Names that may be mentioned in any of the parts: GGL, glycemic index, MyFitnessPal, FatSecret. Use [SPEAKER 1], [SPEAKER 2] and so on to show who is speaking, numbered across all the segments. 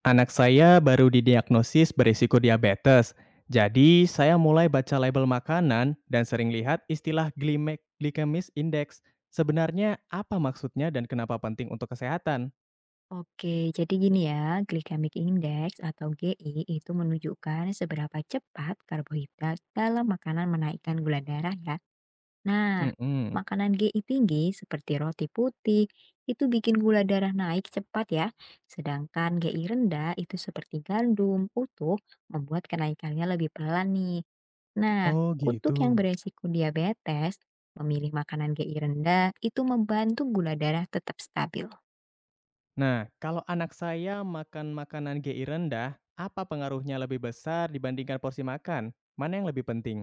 [SPEAKER 1] Anak saya baru didiagnosis berisiko diabetes, jadi saya mulai baca label makanan dan sering lihat istilah glycemic index. Sebenarnya apa maksudnya dan kenapa penting untuk kesehatan?
[SPEAKER 2] Oke, jadi gini ya, glycemic index atau GI itu menunjukkan seberapa cepat karbohidrat dalam makanan menaikkan gula darah ya. Nah,
[SPEAKER 1] Mm-mm.
[SPEAKER 2] makanan GI tinggi seperti roti putih itu bikin gula darah naik cepat ya. Sedangkan GI rendah itu seperti gandum utuh membuat kenaikannya lebih pelan nih. Nah,
[SPEAKER 1] Oh
[SPEAKER 2] untuk
[SPEAKER 1] gitu.
[SPEAKER 2] yang beresiko diabetes, memilih makanan GI rendah itu membantu gula darah tetap stabil.
[SPEAKER 1] Nah, kalau anak saya makan makanan GI rendah, apa pengaruhnya lebih besar dibandingkan porsi makan? Mana yang lebih penting?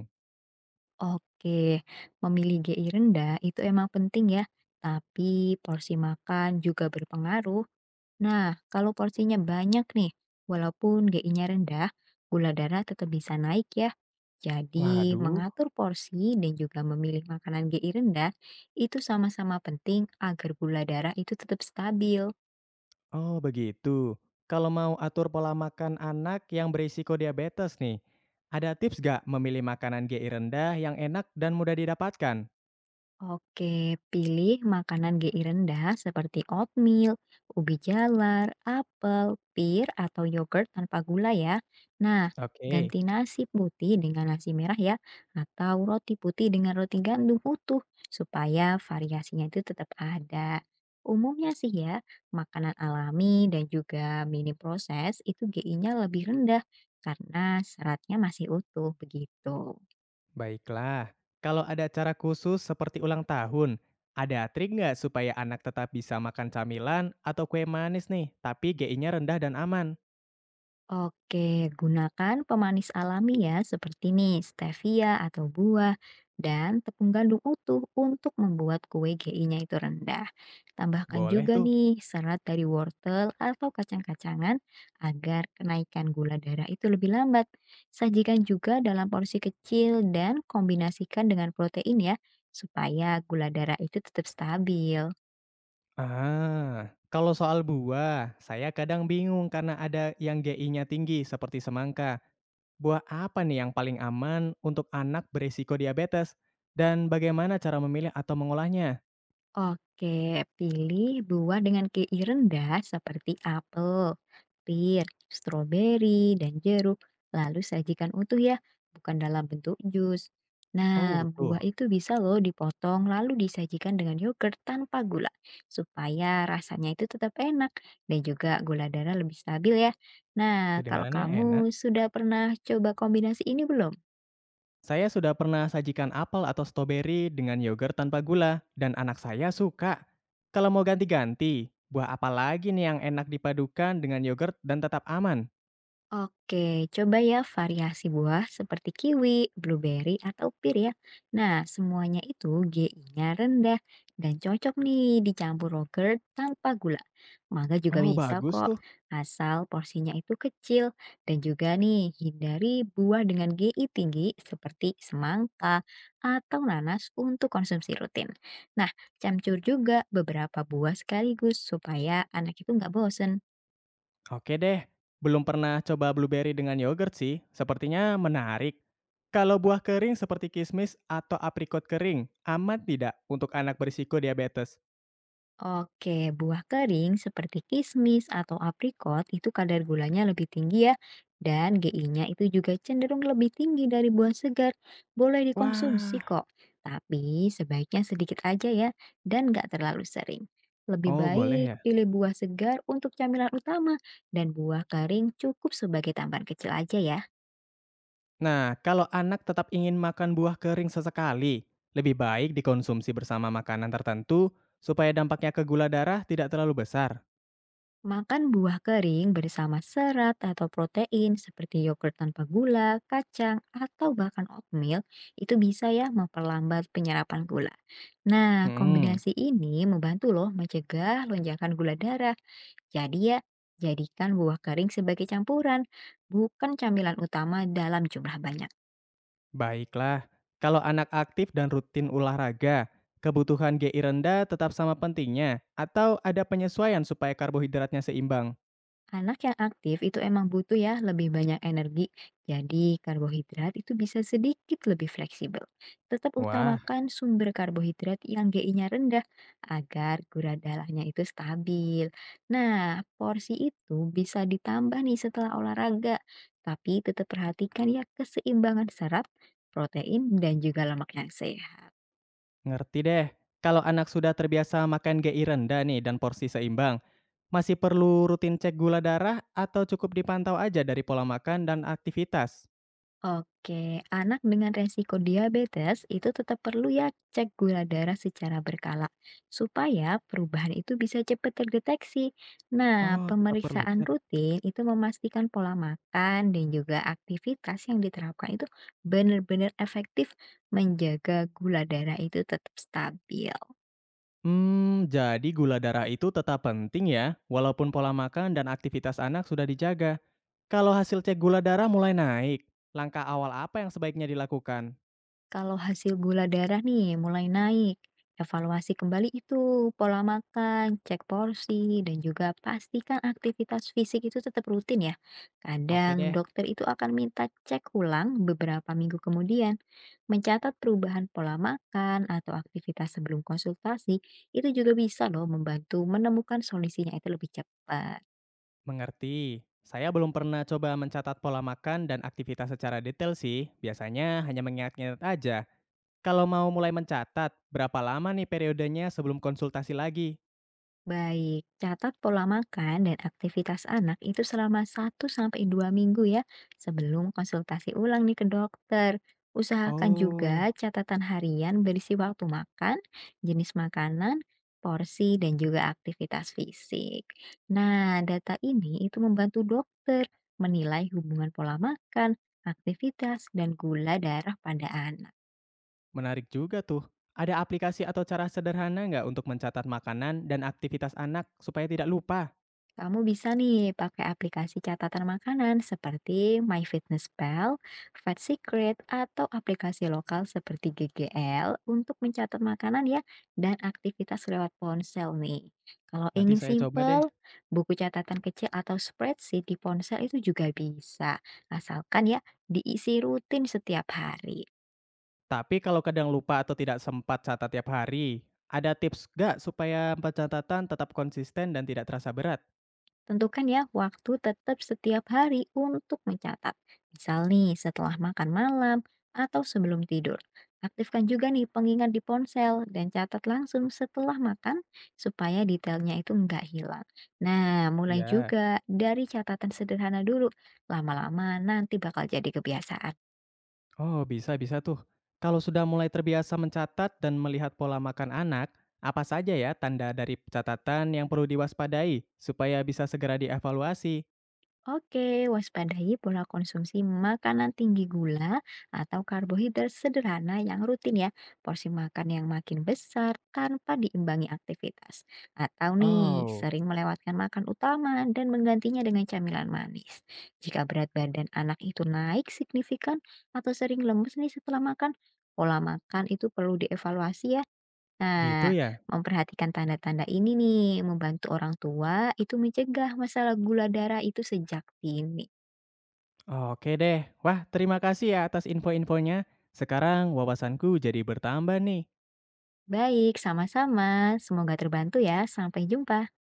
[SPEAKER 2] Oke, memilih GI rendah itu emang penting ya, tapi porsi makan juga berpengaruh. Nah, kalau porsinya banyak nih, walaupun GI-nya rendah, gula darah tetap bisa naik ya. Jadi,
[SPEAKER 1] Waduh.
[SPEAKER 2] mengatur porsi dan juga memilih makanan GI rendah itu sama-sama penting agar gula darah itu tetap stabil.
[SPEAKER 1] Oh begitu. Kalau mau atur pola makan anak yang berisiko diabetes nih, ada tips gak memilih makanan GI rendah yang enak dan mudah didapatkan?
[SPEAKER 2] Oke, pilih makanan GI rendah seperti oatmeal, ubi jalar, apel, pir, atau yogurt tanpa gula ya. Nah,
[SPEAKER 1] Oke,
[SPEAKER 2] ganti nasi putih dengan nasi merah ya, atau roti putih dengan roti gandum utuh, supaya variasinya itu tetap ada. Umumnya sih ya, makanan alami dan juga mini proses itu GI-nya lebih rendah karena seratnya masih utuh begitu.
[SPEAKER 1] baiklah. Kalau ada cara khusus seperti ulang tahun, ada trik nggak supaya anak tetap bisa makan camilan atau kue manis nih, tapi GI-nya rendah dan aman?
[SPEAKER 2] Oke, gunakan pemanis alami ya, seperti nih stevia atau buah dan tepung gandum utuh untuk membuat kue GI-nya itu rendah. Tambahkan
[SPEAKER 1] Boleh
[SPEAKER 2] juga
[SPEAKER 1] tuh.
[SPEAKER 2] nih serat dari wortel atau kacang-kacangan agar kenaikan gula darah itu lebih lambat. Sajikan juga dalam porsi kecil dan kombinasikan dengan protein ya, supaya gula darah itu tetap stabil.
[SPEAKER 1] Ah, kalau soal buah, saya kadang bingung karena ada yang GI-nya tinggi seperti semangka. Buah apa nih yang paling aman untuk anak beresiko diabetes? Dan bagaimana cara memilih atau mengolahnya?
[SPEAKER 2] Oke, pilih buah dengan KI rendah seperti apel, pir, stroberi, dan jeruk. Lalu sajikan utuh ya, bukan dalam bentuk jus.
[SPEAKER 1] Oh,
[SPEAKER 2] Nah, buah
[SPEAKER 1] tuh,
[SPEAKER 2] itu bisa loh dipotong lalu disajikan dengan yogurt tanpa gula supaya rasanya itu tetap enak dan juga gula darah lebih stabil ya. Nah, kalau
[SPEAKER 1] kedengarannya enak.
[SPEAKER 2] kamu sudah pernah coba kombinasi ini belum?
[SPEAKER 1] Saya sudah pernah sajikan apel atau stroberi dengan yogurt tanpa gula, dan anak saya suka. Kalau mau ganti-ganti, buah apa lagi nih yang enak dipadukan dengan yogurt dan tetap aman?
[SPEAKER 2] Oke, coba ya variasi buah seperti kiwi, blueberry, atau pir ya. Nah, semuanya itu GI-nya rendah dan cocok nih dicampur yogurt tanpa gula. Mangga juga
[SPEAKER 1] Oh,
[SPEAKER 2] bisa
[SPEAKER 1] bagus
[SPEAKER 2] kok,
[SPEAKER 1] tuh.
[SPEAKER 2] asal porsinya itu kecil. Dan juga nih, hindari buah dengan GI tinggi seperti semangka atau nanas untuk konsumsi rutin. Nah, campur juga beberapa buah sekaligus supaya anak itu nggak bosen.
[SPEAKER 1] Oke deh, belum pernah coba blueberry dengan yogurt sih, sepertinya menarik. Kalau buah kering seperti kismis atau aprikot kering, aman tidak untuk anak berisiko diabetes?
[SPEAKER 2] Oke, buah kering seperti kismis atau aprikot itu kadar gulanya lebih tinggi ya, dan GI-nya itu juga cenderung lebih tinggi dari buah segar. Boleh dikonsumsi
[SPEAKER 1] Wah,
[SPEAKER 2] kok, tapi sebaiknya sedikit aja ya, dan nggak terlalu sering. Lebih
[SPEAKER 1] oh boleh
[SPEAKER 2] baik
[SPEAKER 1] ya.
[SPEAKER 2] pilih buah segar untuk camilan utama, dan buah kering cukup sebagai tambahan kecil aja ya.
[SPEAKER 1] Nah, kalau anak tetap ingin makan buah kering sesekali, lebih baik dikonsumsi bersama makanan tertentu supaya dampaknya ke gula darah tidak terlalu besar.
[SPEAKER 2] Makan buah kering bersama serat atau protein seperti yogurt tanpa gula, kacang, atau bahkan oatmeal itu bisa ya memperlambat penyerapan gula. Nah,
[SPEAKER 1] Hmm.
[SPEAKER 2] kombinasi ini membantu loh mencegah lonjakan gula darah. Jadi ya, jadikan buah kering sebagai campuran, bukan camilan utama dalam jumlah banyak.
[SPEAKER 1] Baiklah, kalau anak aktif dan rutin olahraga, kebutuhan GI rendah tetap sama pentingnya atau ada penyesuaian supaya karbohidratnya seimbang?
[SPEAKER 2] Anak yang aktif itu emang butuh ya lebih banyak energi, jadi karbohidrat itu bisa sedikit lebih fleksibel. Tetap
[SPEAKER 1] Wah,
[SPEAKER 2] utamakan sumber karbohidrat yang GI-nya rendah agar gula darahnya itu stabil. Nah, porsi itu bisa ditambah nih setelah olahraga, tapi tetap perhatikan ya keseimbangan serat, protein, dan juga lemak yang sehat.
[SPEAKER 1] ngerti deh. Kalau anak sudah terbiasa makan GI rendah nih dan porsi seimbang, masih perlu rutin cek gula darah atau cukup dipantau aja dari pola makan dan aktivitas?
[SPEAKER 2] Oke, anak dengan resiko diabetes itu tetap perlu ya cek gula darah secara berkala supaya perubahan itu bisa cepat terdeteksi. Nah,
[SPEAKER 1] Oh, tetap perlu
[SPEAKER 2] pemeriksaan
[SPEAKER 1] cek.
[SPEAKER 2] rutin itu memastikan pola makan dan juga aktivitas yang diterapkan itu benar-benar efektif menjaga gula darah itu tetap stabil.
[SPEAKER 1] Hmm, jadi gula darah itu tetap penting ya, walaupun pola makan dan aktivitas anak sudah dijaga. Kalau hasil cek gula darah mulai naik, langkah awal apa yang sebaiknya dilakukan?
[SPEAKER 2] Kalau hasil gula darah nih mulai naik, evaluasi kembali itu pola makan, cek porsi, dan juga pastikan aktivitas fisik itu tetap rutin ya.
[SPEAKER 1] Oke
[SPEAKER 2] Kadang
[SPEAKER 1] deh,
[SPEAKER 2] dokter itu akan minta cek ulang beberapa minggu kemudian. Mencatat perubahan pola makan atau aktivitas sebelum konsultasi itu juga bisa loh membantu menemukan solusinya itu lebih cepat.
[SPEAKER 1] mengerti. Saya belum pernah coba mencatat pola makan dan aktivitas secara detail sih. Biasanya hanya mengingat-ingat aja. Kalau mau mulai mencatat, berapa lama nih periodenya sebelum konsultasi lagi?
[SPEAKER 2] Baik, catat pola makan dan aktivitas anak itu selama satu sampai dua minggu ya, sebelum konsultasi ulang nih ke dokter. Usahakan juga
[SPEAKER 1] Oh,
[SPEAKER 2] catatan harian berisi waktu makan, jenis makanan, porsi, dan juga aktivitas fisik. Nah, data ini itu membantu dokter menilai hubungan pola makan, aktivitas, dan gula darah pada anak.
[SPEAKER 1] menarik juga tuh. Ada aplikasi atau cara sederhana nggak untuk mencatat makanan dan aktivitas anak supaya tidak lupa?
[SPEAKER 2] Kamu bisa nih pakai aplikasi catatan makanan seperti MyFitnessPal, FatSecret, atau aplikasi lokal seperti GGL untuk mencatat makanan ya dan aktivitas lewat ponsel nih. Kalau
[SPEAKER 1] Nanti
[SPEAKER 2] ingin
[SPEAKER 1] saya coba deh.
[SPEAKER 2] simple, buku catatan kecil atau spreadsheet di ponsel itu juga bisa, asalkan ya diisi rutin setiap hari.
[SPEAKER 1] Tapi kalau kadang lupa atau tidak sempat catat tiap hari, ada tips gak supaya pencatatan tetap konsisten dan tidak terasa berat?
[SPEAKER 2] Tentukan ya waktu tetap setiap hari untuk mencatat. Misal nih setelah makan malam atau sebelum tidur. Aktifkan juga nih pengingat di ponsel dan catat langsung setelah makan supaya detailnya itu nggak hilang. Nah, mulai
[SPEAKER 1] Ya.
[SPEAKER 2] juga dari catatan sederhana dulu. Lama-lama nanti bakal jadi kebiasaan.
[SPEAKER 1] Oh, bisa-bisa tuh. Kalau sudah mulai terbiasa mencatat dan melihat pola makan anak, apa saja ya tanda dari catatan yang perlu diwaspadai supaya bisa segera dievaluasi?
[SPEAKER 2] Oke, waspadai pola konsumsi makanan tinggi gula atau karbohidrat sederhana yang rutin ya. Porsi makan yang makin besar tanpa diimbangi aktivitas. Atau nih,
[SPEAKER 1] Oh,
[SPEAKER 2] sering melewatkan makan utama dan menggantinya dengan camilan manis. Jika berat badan anak itu naik signifikan atau sering lemes nih setelah makan, pola makan itu perlu dievaluasi ya. Nah,
[SPEAKER 1] gitu ya?
[SPEAKER 2] memperhatikan tanda-tanda ini nih, membantu orang tua itu mencegah masalah gula darah itu sejak dini.
[SPEAKER 1] Oke deh. Wah, terima kasih ya atas info-infonya. Sekarang wawasanku jadi bertambah nih.
[SPEAKER 2] Baik, sama-sama. Semoga terbantu ya. Sampai jumpa.